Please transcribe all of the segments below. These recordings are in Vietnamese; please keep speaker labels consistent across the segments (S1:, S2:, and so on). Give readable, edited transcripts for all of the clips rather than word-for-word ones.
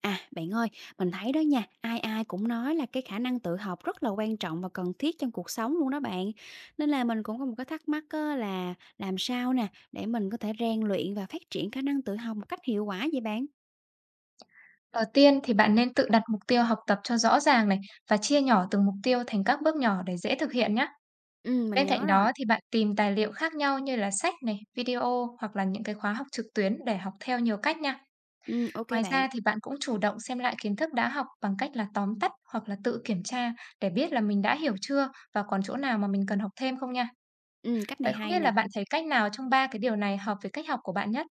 S1: À, bạn ơi, mình thấy đó nha, ai ai cũng nói là cái khả năng tự học rất là quan trọng và cần thiết trong cuộc sống luôn đó bạn. Nên là mình cũng có một cái thắc mắc á, là làm sao nè để mình có thể rèn luyện và phát triển khả năng tự học một cách hiệu quả vậy bạn?
S2: Đầu tiên thì bạn nên tự đặt mục tiêu học tập cho rõ ràng này và chia nhỏ từng mục tiêu thành các bước nhỏ để dễ thực hiện nhé.
S1: Ừ, mình
S2: Bên cạnh
S1: nhớ
S2: đó
S1: rồi.
S2: thì bạn tìm tài liệu khác nhau như là sách này, video hoặc là những cái khóa học trực tuyến để học theo nhiều cách nha.
S1: Ừ, ok
S2: Ngoài
S1: bạn.
S2: ra thì bạn cũng chủ động xem lại kiến thức đã học bằng cách là tóm tắt hoặc là tự kiểm tra để biết là mình đã hiểu chưa và còn chỗ nào mà mình cần học thêm không nha.
S1: Ừ, cách này
S2: Vậy không
S1: hay
S2: biết
S1: nè.
S2: là bạn thấy cách nào trong ba cái điều này hợp với cách học của bạn nhất?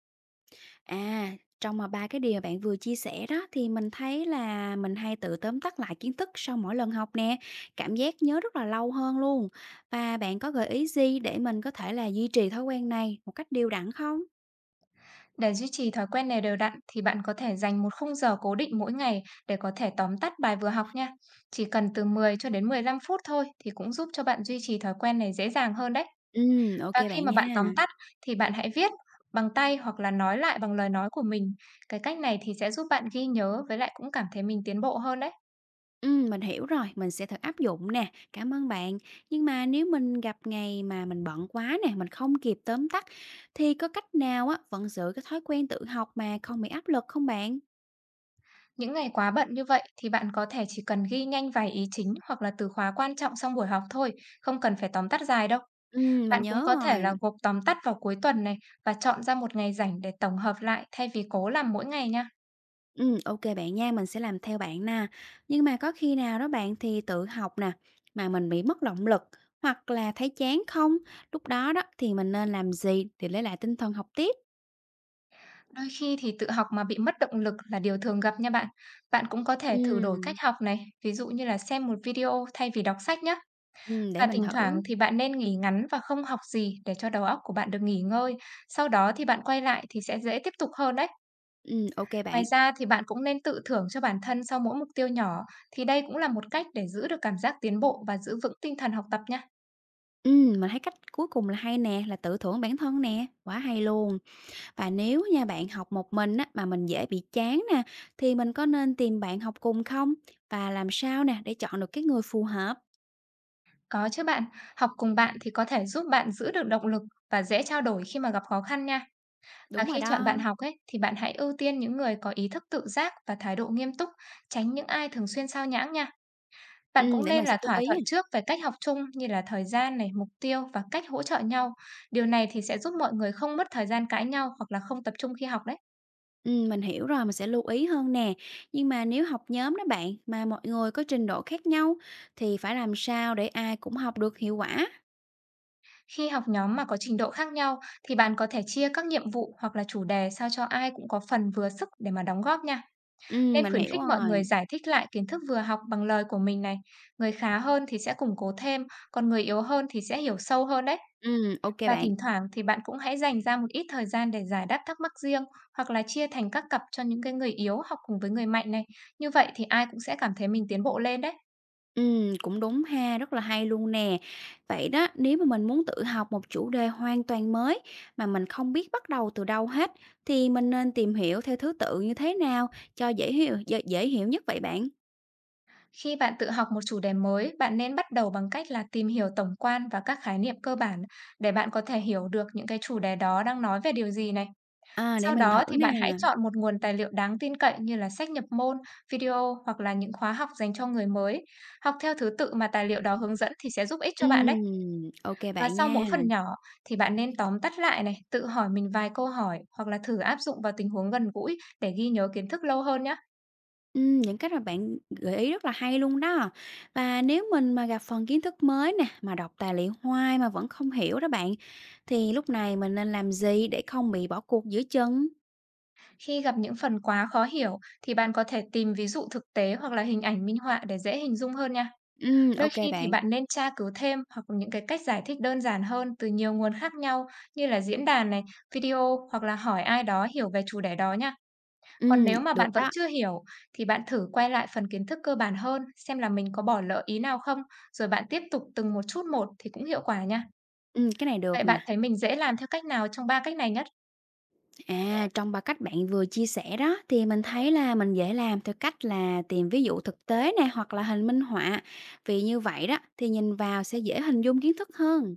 S1: À, trong mà ba cái điều mà bạn vừa chia sẻ đó thì mình thấy là mình hay tự tóm tắt lại kiến thức sau mỗi lần học nè, cảm giác nhớ rất là lâu hơn luôn. Và bạn có gợi ý gì để mình có thể là duy trì thói quen này một cách đều đặn không?
S2: Để duy trì thói quen này đều đặn thì bạn có thể dành một khung giờ cố định mỗi ngày để có thể tóm tắt bài vừa học nha. Chỉ cần từ 10 cho đến 15 phút thôi thì cũng giúp cho bạn duy trì thói quen này dễ dàng hơn đấy.
S1: Ok
S2: Và khi
S1: bạn
S2: mà
S1: nha.
S2: bạn tóm tắt thì bạn hãy viết bằng tay hoặc là nói lại bằng lời nói của mình. Cái cách này thì sẽ giúp bạn ghi nhớ với lại cũng cảm thấy mình tiến bộ hơn đấy.
S1: Mình hiểu rồi, mình sẽ thử áp dụng nè. Cảm ơn bạn. Nhưng mà nếu mình gặp ngày mà mình bận quá nè, mình không kịp tóm tắt thì có cách nào á vẫn giữ cái thói quen tự học mà không bị áp lực không bạn?
S2: Những ngày quá bận như vậy thì bạn có thể chỉ cần ghi nhanh vài ý chính hoặc là từ khóa quan trọng trong buổi học thôi, không cần phải tóm tắt dài đâu.
S1: Mình
S2: Bạn cũng
S1: nhớ
S2: có thể là
S1: rồi.
S2: gộp tóm tắt vào cuối tuần này và chọn ra một ngày rảnh để tổng hợp lại thay vì cố làm mỗi ngày nha.
S1: Ok bạn nha, mình sẽ làm theo bạn nè. Nhưng mà có khi nào đó bạn thì tự học nè, mà mình bị mất động lực hoặc là thấy chán không? Lúc đó đó thì mình nên làm gì để lấy lại tinh thần học tiếp?
S2: Đôi khi thì tự học mà bị mất động lực là điều thường gặp nha bạn. Bạn cũng có thể thử đổi cách
S1: Ừm.
S2: học này, ví dụ như là xem một video thay vì đọc sách nhé.
S1: Để
S2: Và
S1: mình
S2: thỉnh thoảng
S1: thử.
S2: thì bạn nên nghỉ ngắn và không học gì để cho đầu óc của bạn được nghỉ ngơi. Sau đó thì bạn quay lại thì sẽ dễ tiếp tục hơn đấy.
S1: Ok
S2: Ngoài
S1: bạn.
S2: ra thì bạn cũng nên tự thưởng cho bản thân sau mỗi mục tiêu nhỏ, thì đây cũng là một cách để giữ được cảm giác tiến bộ và giữ vững tinh thần học tập nha.
S1: Mình thấy cách cuối cùng là hay nè, là tự thưởng bản thân nè, quá hay luôn. Và nếu nha bạn học một mình á, mà mình dễ bị chán nè, thì mình có nên tìm bạn học cùng không? Và làm sao nè để chọn được cái người phù hợp?
S2: Có chứ bạn, học cùng bạn thì có thể giúp bạn giữ được động lực và dễ trao đổi khi mà gặp khó khăn nha. Và
S1: Đúng
S2: khi
S1: rồi
S2: chọn bạn
S1: đó.
S2: học ấy thì bạn hãy ưu tiên những người có ý thức tự giác và thái độ nghiêm túc, tránh những ai thường xuyên sao nhãng nha. Bạn cũng
S1: Để
S2: nên
S1: mình
S2: là
S1: sẽ chú
S2: thỏa
S1: ý.
S2: thuận trước về cách học chung như là thời gian này, mục tiêu và cách hỗ trợ nhau. Điều này thì sẽ giúp mọi người không mất thời gian cãi nhau hoặc là không tập trung khi học đấy.
S1: Mình hiểu rồi, mình sẽ lưu ý hơn nè. Nhưng mà nếu học nhóm đó bạn, mà mọi người có trình độ khác nhau thì phải làm sao để ai cũng học được hiệu quả?
S2: Khi học nhóm mà có trình độ khác nhau thì bạn có thể chia các nhiệm vụ hoặc là chủ đề sao cho ai cũng có phần vừa sức để mà đóng góp nha. Nên
S1: Mình
S2: khuyến
S1: hiểu
S2: khích mọi
S1: rồi.
S2: người giải thích lại kiến thức vừa học bằng lời của mình này, người khá hơn thì sẽ củng cố thêm, còn người yếu hơn thì sẽ hiểu sâu hơn đấy.
S1: OK
S2: Và
S1: bạn.
S2: thỉnh thoảng thì bạn cũng hãy dành ra một ít thời gian để giải đáp thắc mắc riêng hoặc là chia thành các cặp cho những cái người yếu học cùng với người mạnh này. Như vậy thì ai cũng sẽ cảm thấy mình tiến bộ lên đấy.
S1: Cũng đúng ha, rất là hay luôn nè. Vậy đó, nếu mà mình muốn tự học một chủ đề hoàn toàn mới mà mình không biết bắt đầu từ đâu hết thì mình nên tìm hiểu theo thứ tự như thế nào cho dễ hiểu dễ hiểu nhất vậy bạn?
S2: Khi bạn tự học một chủ đề mới, bạn nên bắt đầu bằng cách là tìm hiểu tổng quan và các khái niệm cơ bản để bạn có thể hiểu được những cái chủ đề đó đang nói về điều gì này.
S1: À, để
S2: Sau
S1: mình
S2: đó
S1: thử
S2: thì
S1: nè.
S2: bạn hãy chọn một nguồn tài liệu đáng tin cậy như là sách nhập môn, video hoặc là những khóa học dành cho người mới. Học theo thứ tự mà tài liệu đó hướng dẫn thì sẽ giúp ích cho bạn đấy.
S1: Ừm, OK
S2: Và
S1: bạn
S2: sau mỗi
S1: nha.
S2: phần nhỏ thì bạn nên tóm tắt lại này, tự hỏi mình vài câu hỏi hoặc là thử áp dụng vào tình huống gần gũi để ghi nhớ kiến thức lâu hơn nhé.
S1: Những cách mà bạn gợi ý rất là hay luôn đó. Và nếu mình mà gặp phần kiến thức mới nè, mà đọc tài liệu hoài mà vẫn không hiểu đó bạn, thì lúc này mình nên làm gì để không bị bỏ cuộc giữa chừng?
S2: Khi gặp những phần quá khó hiểu thì bạn có thể tìm ví dụ thực tế hoặc là hình ảnh minh họa để dễ hình dung hơn nha. Đôi
S1: Ok
S2: khi thì
S1: bạn.
S2: bạn nên tra cứu thêm hoặc là những cái cách giải thích đơn giản hơn từ nhiều nguồn khác nhau như là diễn đàn này, video hoặc là hỏi ai đó hiểu về chủ đề đó nha. Còn
S1: Ừm,
S2: nếu mà bạn
S1: được
S2: vẫn
S1: đó.
S2: chưa hiểu thì bạn thử quay lại phần kiến thức cơ bản hơn xem là mình có bỏ lỡ ý nào không, rồi bạn tiếp tục từng một chút một thì cũng hiệu quả nha.
S1: Cái này
S2: Vậy
S1: được nè.
S2: bạn thấy mình dễ làm theo cách nào trong ba cách này nhất?
S1: À, trong ba cách bạn vừa chia sẻ đó thì mình thấy là mình dễ làm theo cách là tìm ví dụ thực tế nè hoặc là hình minh họa. Vì như vậy đó thì nhìn vào sẽ dễ hình dung kiến thức hơn.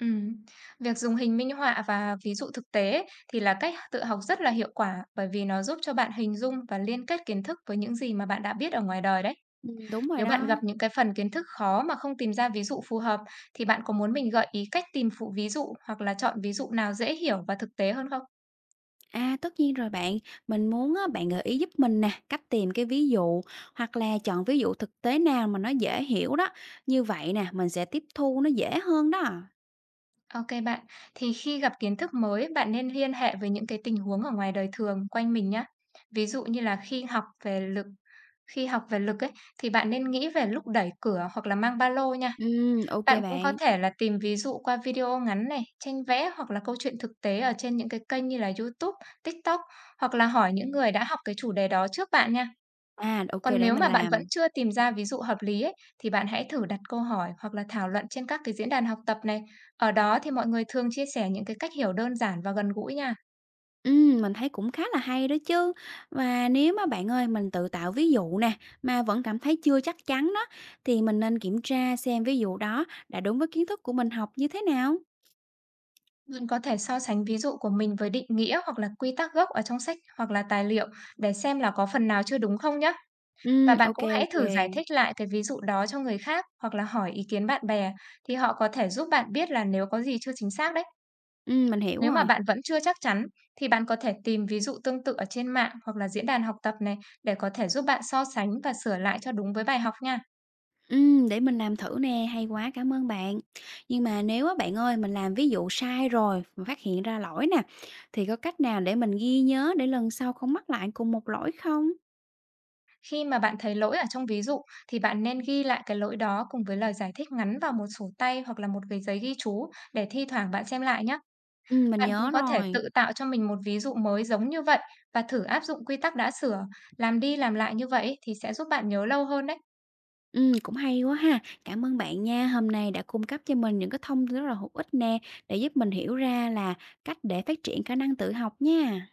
S2: Ừm, Việc dùng hình minh họa và ví dụ thực tế ấy, thì là cách tự học rất là hiệu quả bởi vì nó giúp cho bạn hình dung và liên kết kiến thức với những gì mà bạn đã biết ở ngoài đời đấy.
S1: Đúng rồi
S2: Nếu bạn
S1: đó.
S2: gặp những cái phần kiến thức khó mà không tìm ra ví dụ phù hợp thì bạn có muốn mình gợi ý cách tìm phụ ví dụ hoặc là chọn ví dụ nào dễ hiểu và thực tế hơn không?
S1: À, tất nhiên rồi bạn. Mình muốn á, bạn gợi ý giúp mình nè, cách tìm cái ví dụ hoặc là chọn ví dụ thực tế nào mà nó dễ hiểu đó. Như vậy nè, mình sẽ tiếp thu nó dễ hơn đó.
S2: Ok bạn, thì khi gặp kiến thức mới bạn nên liên hệ với những cái tình huống ở ngoài đời thường quanh mình nhé. Ví dụ như là khi học về lực ấy thì bạn nên nghĩ về lúc đẩy cửa hoặc là mang ba lô nha.
S1: Ừ, ok
S2: Bạn cũng có
S1: bạn.
S2: thể là tìm ví dụ qua video ngắn này, tranh vẽ hoặc là câu chuyện thực tế ở trên những cái kênh như là YouTube, TikTok hoặc là hỏi những người đã học cái chủ đề đó trước bạn nha.
S1: À, ok
S2: Còn
S1: để
S2: nếu
S1: mình
S2: mà bạn vẫn
S1: làm.
S2: chưa tìm ra ví dụ hợp lý ấy, thì bạn hãy thử đặt câu hỏi hoặc là thảo luận trên các cái diễn đàn học tập này. Ở đó thì mọi người thường chia sẻ những cái cách hiểu đơn giản và gần gũi nha.
S1: Mình thấy cũng khá là hay đó chứ. Và nếu mà bạn ơi, mình tự tạo ví dụ nè, mà vẫn cảm thấy chưa chắc chắn đó, thì mình nên kiểm tra xem ví dụ đó đã đúng với kiến thức của mình học như thế nào.
S2: Bạn có thể so sánh ví dụ của mình với định nghĩa hoặc là quy tắc gốc ở trong sách hoặc là tài liệu để xem là có phần nào chưa đúng không nhé. Và bạn
S1: Ok,
S2: cũng hãy
S1: ok.
S2: thử giải thích lại cái ví dụ đó cho người khác hoặc là hỏi ý kiến bạn bè thì họ có thể giúp bạn biết là nếu có gì chưa chính xác đấy.
S1: Mình hiểu
S2: Nếu mà
S1: rồi.
S2: bạn vẫn chưa chắc chắn thì bạn có thể tìm ví dụ tương tự ở trên mạng hoặc là diễn đàn học tập này để có thể giúp bạn so sánh và sửa lại cho đúng với bài học nha.
S1: Để mình làm thử nè, hay quá, cảm ơn bạn. Nhưng mà nếu á bạn ơi, mình làm ví dụ sai rồi, mà phát hiện ra lỗi nè, thì có cách nào để mình ghi nhớ để lần sau không mắc lại cùng một lỗi không?
S2: Khi mà bạn thấy lỗi ở trong ví dụ thì bạn nên ghi lại cái lỗi đó cùng với lời giải thích ngắn vào một sổ tay hoặc là một cái giấy ghi chú để thi thoảng bạn xem lại nhé.
S1: Mình
S2: Bạn cũng
S1: nhớ
S2: có thể
S1: rồi.
S2: tự tạo cho mình một ví dụ mới giống như vậy và thử áp dụng quy tắc đã sửa, làm đi làm lại như vậy thì sẽ giúp bạn nhớ lâu hơn đấy.
S1: Cũng hay quá ha. Cảm ơn bạn nha, hôm nay đã cung cấp cho mình những cái thông tin rất là hữu ích nè, để giúp mình hiểu ra là cách để phát triển khả năng tự học nha.